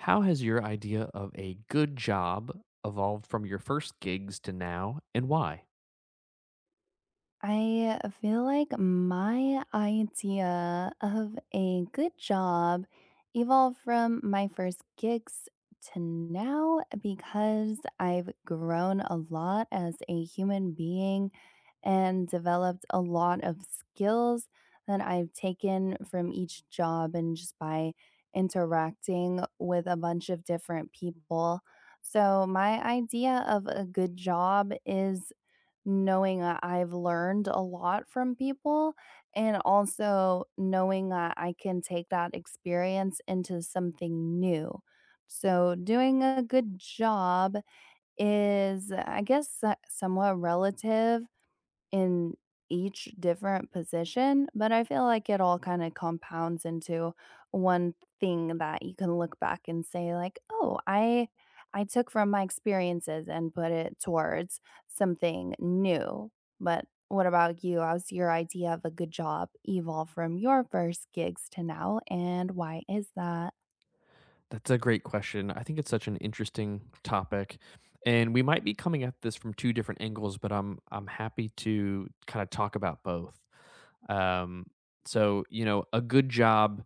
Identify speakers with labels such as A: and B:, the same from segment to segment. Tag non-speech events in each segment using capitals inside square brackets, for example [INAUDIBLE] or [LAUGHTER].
A: How has your idea of a good job evolved from your first gigs to now, and why?
B: I feel like my idea of a good job evolved from my first gigs to now because I've grown a lot as a human being and developed a lot of skills that I've taken from each job and just by interacting with a bunch of different people. So, my idea of a good job is knowing that I've learned a lot from people and also knowing that I can take that experience into something new. So, doing a good job is, I guess, somewhat relative in each different position, but I feel like it all kind of compounds into one thing that you can look back and say like, "Oh, I took from my experiences and put it towards something new." But what about you? How's your idea of a good job evolve from your first gigs to now, and why is that?
A: That's a great question. I think it's such an interesting topic, and we might be coming at this from two different angles, but I'm happy to kind of talk about both. Um, a good job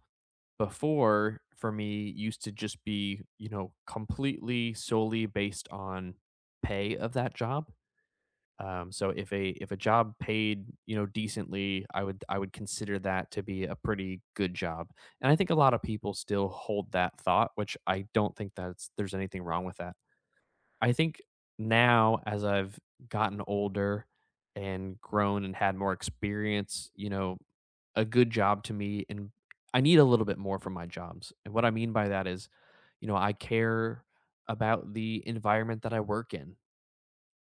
A: before for me used to just be completely solely based on pay of that job. So if a job paid, decently, I would consider that to be a pretty good job. And I think a lot of people still hold that thought, which I don't think that's there's anything wrong with that. I think now as I've gotten older and grown and had more experience, you know, a good job to me, and I need a little bit more from my jobs. And what I mean by that is, you know, I care about the environment that I work in.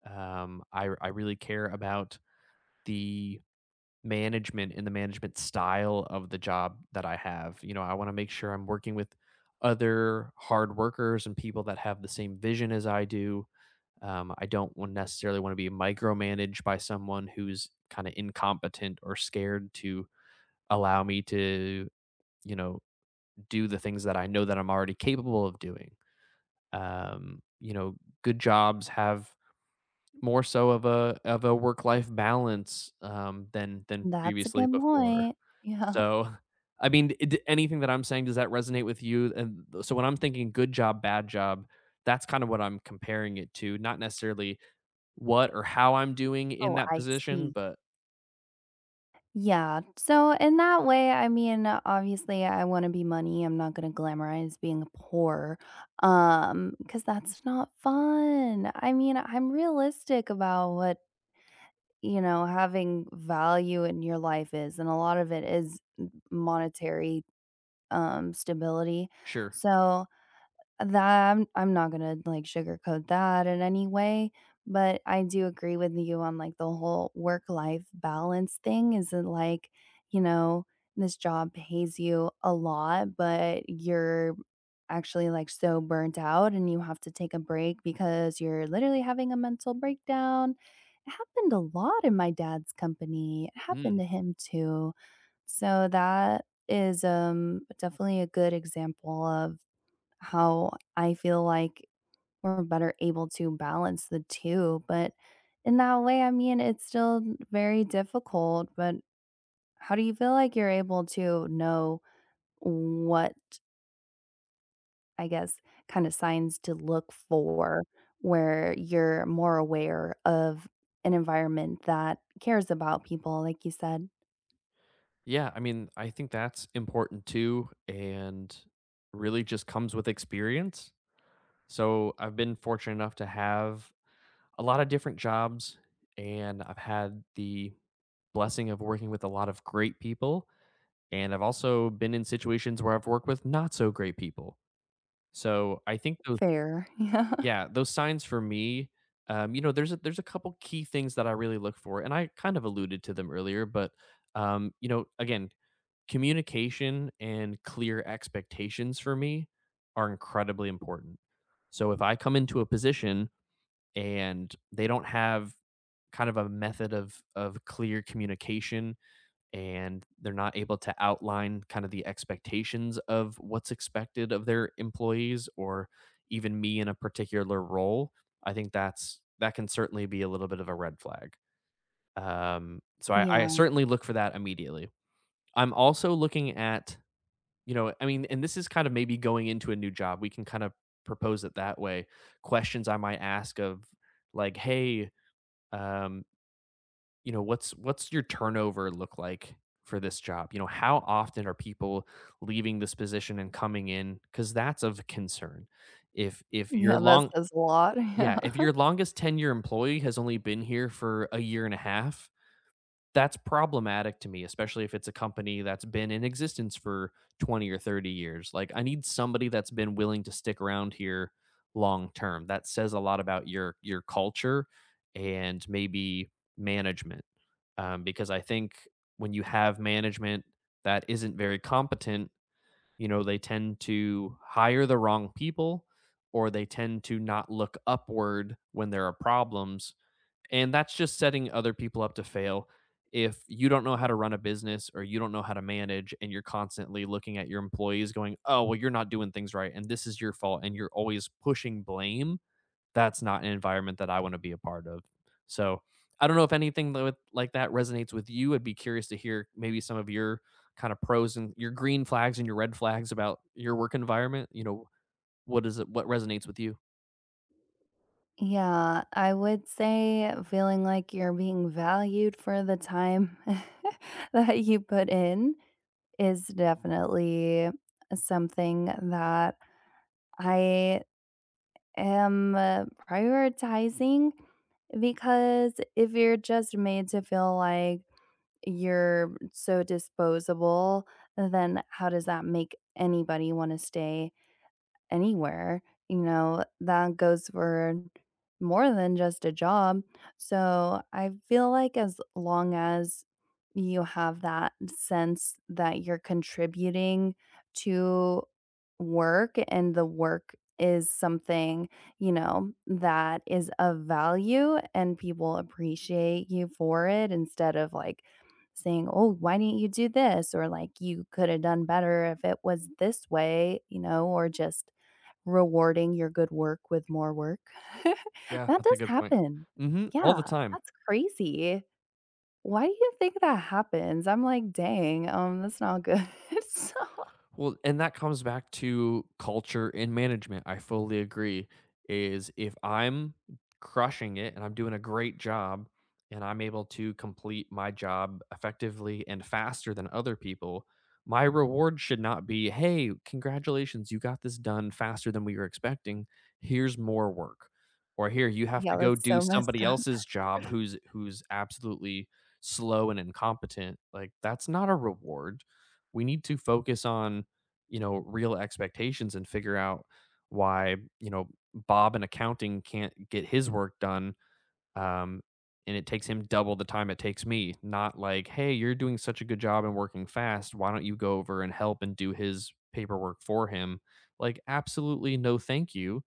A: I really care about the management and the management style of the job that I have. You know, I want to make sure I'm working with other hard workers and people that have the same vision as I do. I don't want necessarily want to be micromanaged by someone who's kind of incompetent or scared to allow me to, you know, do the things that I know that I'm already capable of doing. You know, good jobs have more so of a work life balance, than
B: That's a
A: previously
B: good
A: before.
B: point. [LAUGHS] Yeah.
A: So, [LAUGHS] I mean, d anything that I'm saying, does that resonate with you? And so when I'm thinking good job, bad job, that's kind of what I'm comparing it to, not necessarily what or how I'm doing in
B: Oh,
A: that
B: I
A: position,
B: see.
A: but
B: Yeah. So in that way, I mean, obviously I want to be money. I'm not going to glamorize being poor. Cuz that's not fun. I mean, I'm realistic about what, you know, having value in your life is, and a lot of it is monetary stability.
A: sure.
B: So that I'm not gonna, like, sugarcoat that in any way, but I do agree with you on, like, the whole work-life balance thing is it like, you know, this job pays you a lot, but you're actually, like, so burnt out and you have to take a break because you're literally having a mental breakdown. It happened a lot in my dad's company. It happened
A: Mm.
B: to him too. So that is, definitely a good example of how I feel like we're better able to balance the two, but in that way, I mean, it's still very difficult, but how do you feel like you're able to know what, I guess, kinda signs to look for where you're more aware of an environment that cares about people, like you said,
A: Yeah, I mean, I think that's important too, and really just comes with experience. So I've been fortunate enough to have a lot of different jobs, and I've had the blessing of working with a lot of great people. And I've also been in situations where I've worked with not so great people. So I think those,
B: fair, [LAUGHS] yeah.
A: yeah, those signs for me, you know, there's there's a couple key things that I really look for, and I kind of alluded to them earlier, but you know, again, communication and clear expectations for me are incredibly important. So if I come into a position and they don't have kind of a method of clear communication and they're not able to outline kind of the expectations of what's expected of their employees or even me in a particular role, I think that can certainly be a little bit of a red flag. I
B: Yeah,
A: certainly look for that immediately. I'm also looking at, you know, I mean, and this is kind of maybe going into a new job, we can kind of propose it that way. Questions I might ask of, like, hey, um, you know, what's your turnover look like for this job? You know, how often are people leaving this position and coming in? Because that's of concern. If your
B: yeah, that
A: long,
B: says a lot, [LAUGHS]
A: yeah,
B: yeah.
A: if your longest tenure employee has only been here for 1.5 years, that's problematic to me, especially if it's a company that's been in existence for 20 or 30 years. Like, I need somebody that's been willing to stick around here long term. That says a lot about your culture and maybe management. Because I think when you have management that isn't very competent, you know, they tend to hire the wrong people or they tend to not look upward when there are problems, and that's just setting other people up to fail. If you don't know how to run a business or you don't know how to manage and you're constantly looking at your employees going, "Oh, well, you're not doing things right and this is your fault and you're always pushing blame," that's not an environment that I want to be a part of. So I don't know if anything like that resonates with you. I'd be curious to hear maybe some of your kind of pros and your green flags and your red flags about your work environment. You know, what is it? What resonates with you?
B: Yeah, I would say feeling like you're being valued for the time [LAUGHS] that you put in is definitely something that I am prioritizing because if you're just made to feel like you're so disposable, then how does that make anybody want to stay anywhere, you know, that goes for more than just a job. So I feel like as long as you have that sense that you're contributing to work and the work is something, you know, that is of value and people appreciate you for it instead of like saying, "Oh, why didn't you do this?" or like you could have done better if it was this way, you know, or just rewarding your good work with more work. [LAUGHS]
A: Yeah,
B: That
A: that's a
B: does
A: good point.
B: happen.
A: Hmm, all
B: Yeah,
A: the time.
B: that's crazy. Why do you think that happens? I'm like, "Dang, that's not good." [LAUGHS] So
A: Well, and that comes back to culture and management. I fully agree. Is if I'm crushing it and I'm doing a great job and I'm able to complete my job effectively and faster than other people, my reward should not be, "Hey, congratulations, you got this done faster than we were expecting. Here's more work." Or, "Here, you have to
B: yeah,
A: go
B: that's
A: do
B: so messed
A: somebody
B: up.
A: else's job," who's absolutely slow and incompetent. Like, that's not a reward. We need to focus on, you know, real expectations and figure out why, you know, Bob in accounting can't get his work done. Um, and it takes him double the time it takes me, not like, "Hey, you're doing such a good job and working fast. Why don't you go over and help and do his paperwork for him?" Like, absolutely, no, thank you.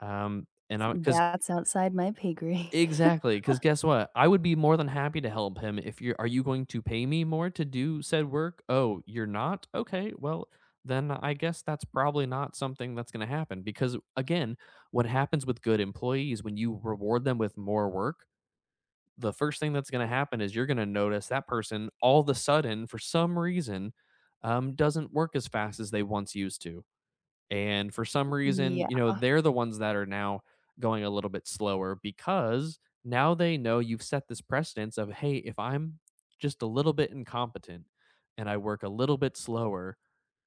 A: Because
B: That's outside my pay grade.
A: exactly, because guess what? I would be more than happy to help him if you're, "Are you going to pay me more to do said work?" "Oh, you're not? Okay, well, then I guess that's probably not something that's gonna happen," because, again, what happens with good employees when you reward them with more work, the first thing that's gonna happen is you're gonna notice that person all of a sudden, for some reason, doesn't work as fast as they once used to. And for some
B: [LAUGHS]
A: reason,
B: Yeah.
A: you know, they're the ones that are now going a little bit slower because now they know you've set this precedence of, "Hey, if I'm just a little bit incompetent and I work a little bit slower,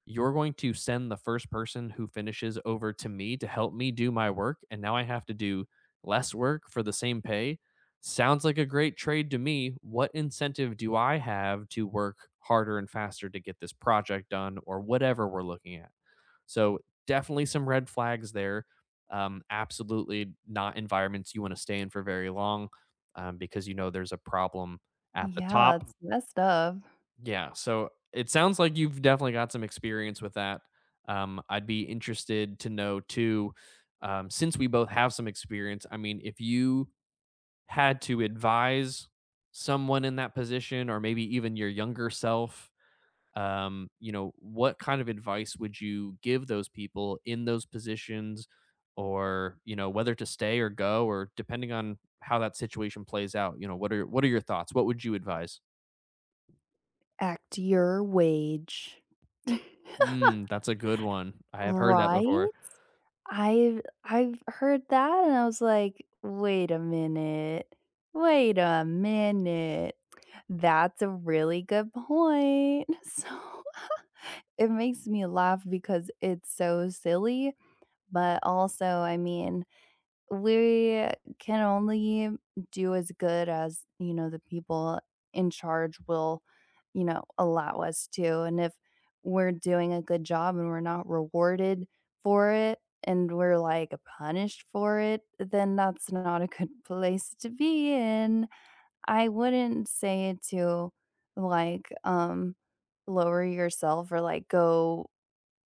A: you're going to send the first person who finishes over to me to help me do my work. And now I have to do less work for the same pay. Sounds like a great trade to me. What incentive do I have to work harder and faster to get this project done or whatever we're looking at?" So, definitely some red flags there. Absolutely not environments you want to stay in for very long, because you know there's a problem at the
B: Yeah,
A: top.
B: it's messed up.
A: Yeah. So it sounds like you've definitely got some experience with that. I'd be interested to know too, since we both have some experience. I mean, if you had to advise someone in that position, or maybe even your younger self, you know, what kind of advice would you give those people in those positions or, you know, whether to stay or go, or depending on how that situation plays out, you know, what are your thoughts? What would you advise?
B: Act your wage. [LAUGHS]
A: Mm, that's a good one. I have heard that
B: Right?
A: before.
B: I've heard that and I was like, "Wait a minute. Wait a minute." That's a really good point. [LAUGHS] So, it makes me laugh because it's so silly, but also, I mean, we can only do as good as, you know, the people in charge will, you know, allow us to, and if we're doing a good job and we're not rewarded for it and we're, like, punished for it, then that's not a good [LAUGHS] place to be in. I wouldn't say it to, like, lower yourself or, like, go,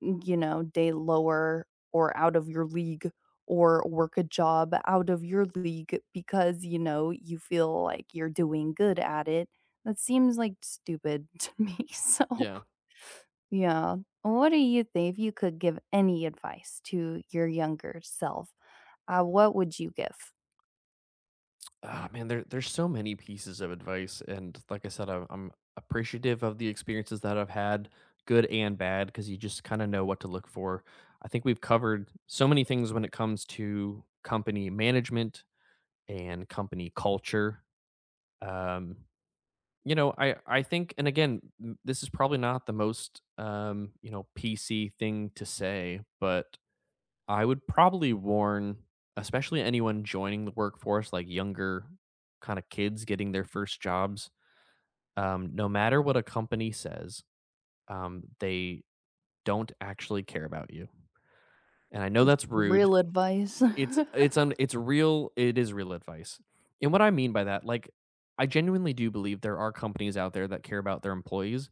B: you know, day lower or out of your league or work a job out of your league because, you know, you feel like you're doing good at it. That seems, like, stupid [LAUGHS] to me, so
A: Yeah.
B: yeah. What do you think if you could give any advice to your younger self, what would you give?
A: Ah, man, there's so many pieces of advice, and like I said, I'm appreciative of the experiences that I've had, good and bad, because you just kind of know what to look for. I think we've covered so many things when it comes to company management and company culture. Um, you know, I think, and again, this is probably not the most, you know, PC thing to say, but I would probably warn, especially anyone joining the workforce, like, younger kind of kids getting their first jobs. No matter what a company says, they don't actually care about you. And I know that's rude.
B: Real advice. [LAUGHS]
A: It's real, it is real advice. And what I mean by that, like, I genuinely do believe there are companies out there that care about their employees,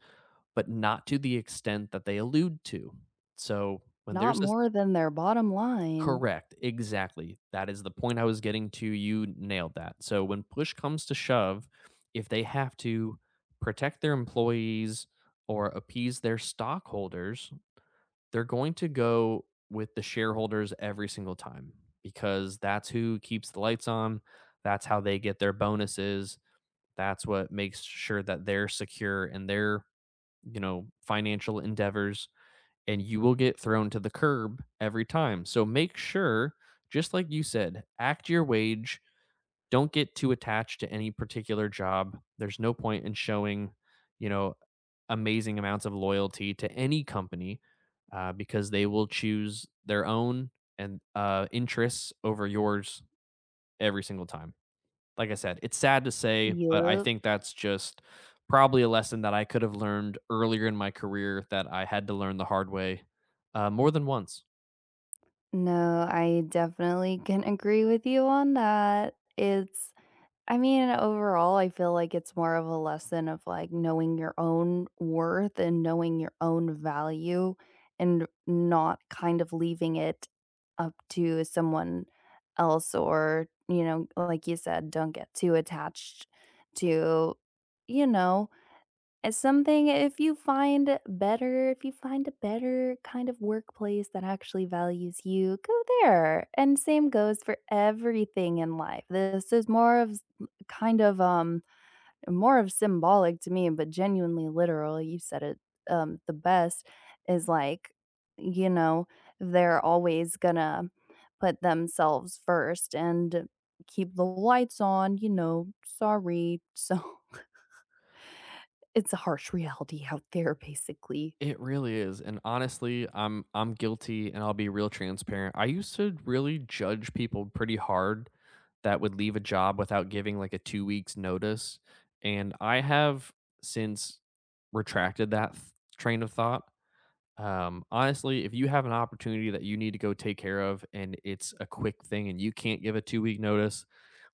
A: but not to the extent that they allude to. So, when
B: Not
A: there's this
B: more than their bottom line.
A: correct, exactly. That is the point I was getting to, you nailed that. So, when push comes to shove, if they have to protect their employees or appease their stockholders, they're going to go with the shareholders every single time, because that's who keeps the lights on. That's how they get their bonuses. That's what makes sure that they're secure in their, you know, financial endeavors. And you will get thrown to the curb every time. So make sure, just like you said, act your wage. Don't get too attached to any particular job. There's no point in showing, you know, amazing amounts of loyalty to any company, because they will choose their own and, interests over yours every single time. Like I said, it's sad to say, but I
B: Yup.
A: think that's just probably a lesson that I could have learned earlier in my career that I had to learn the hard way, more than once.
B: No, I definitely can agree with you on that. It's I mean, overall, I feel like it's more of a lesson of, like, knowing your own worth and knowing your own value and not kind of leaving it up to someone else or, you know, like you said, don't get too attached to, you know, as something if you find better if you find a better kind of workplace that actually values you, go there, and same goes for everything in life. This is more of s kind of, more of symbolic to me, but genuinely literal. You said it, the best is, like, you know, they're always gonna put themselves first and keep the lights on, you know, sorry, [LAUGHS] so it's a harsh reality out there, basically.
A: It really is, and honestly, I'm guilty, and I'll be real transparent. I used to really judge people pretty hard that would leave a job without giving, like, a two weeks notice, and I have since retracted that th train of thought. Honestly, if you have an opportunity that you need to go take care of and it's a quick thing and you can't give a two-week notice,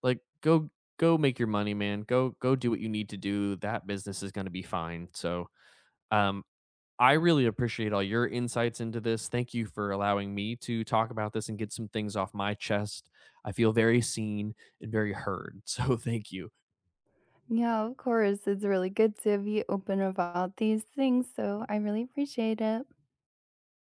A: like, go make your money, man. Go do what you need to do. That business is gonna be fine, so, um, I really appreciate all your insights into this. Thank you for allowing me to talk about this and get some things off my chest. I feel very seen and very heard. [LAUGHS] So thank you.
B: Yeah, of course. It's really good to be open about these things, so I really appreciate it.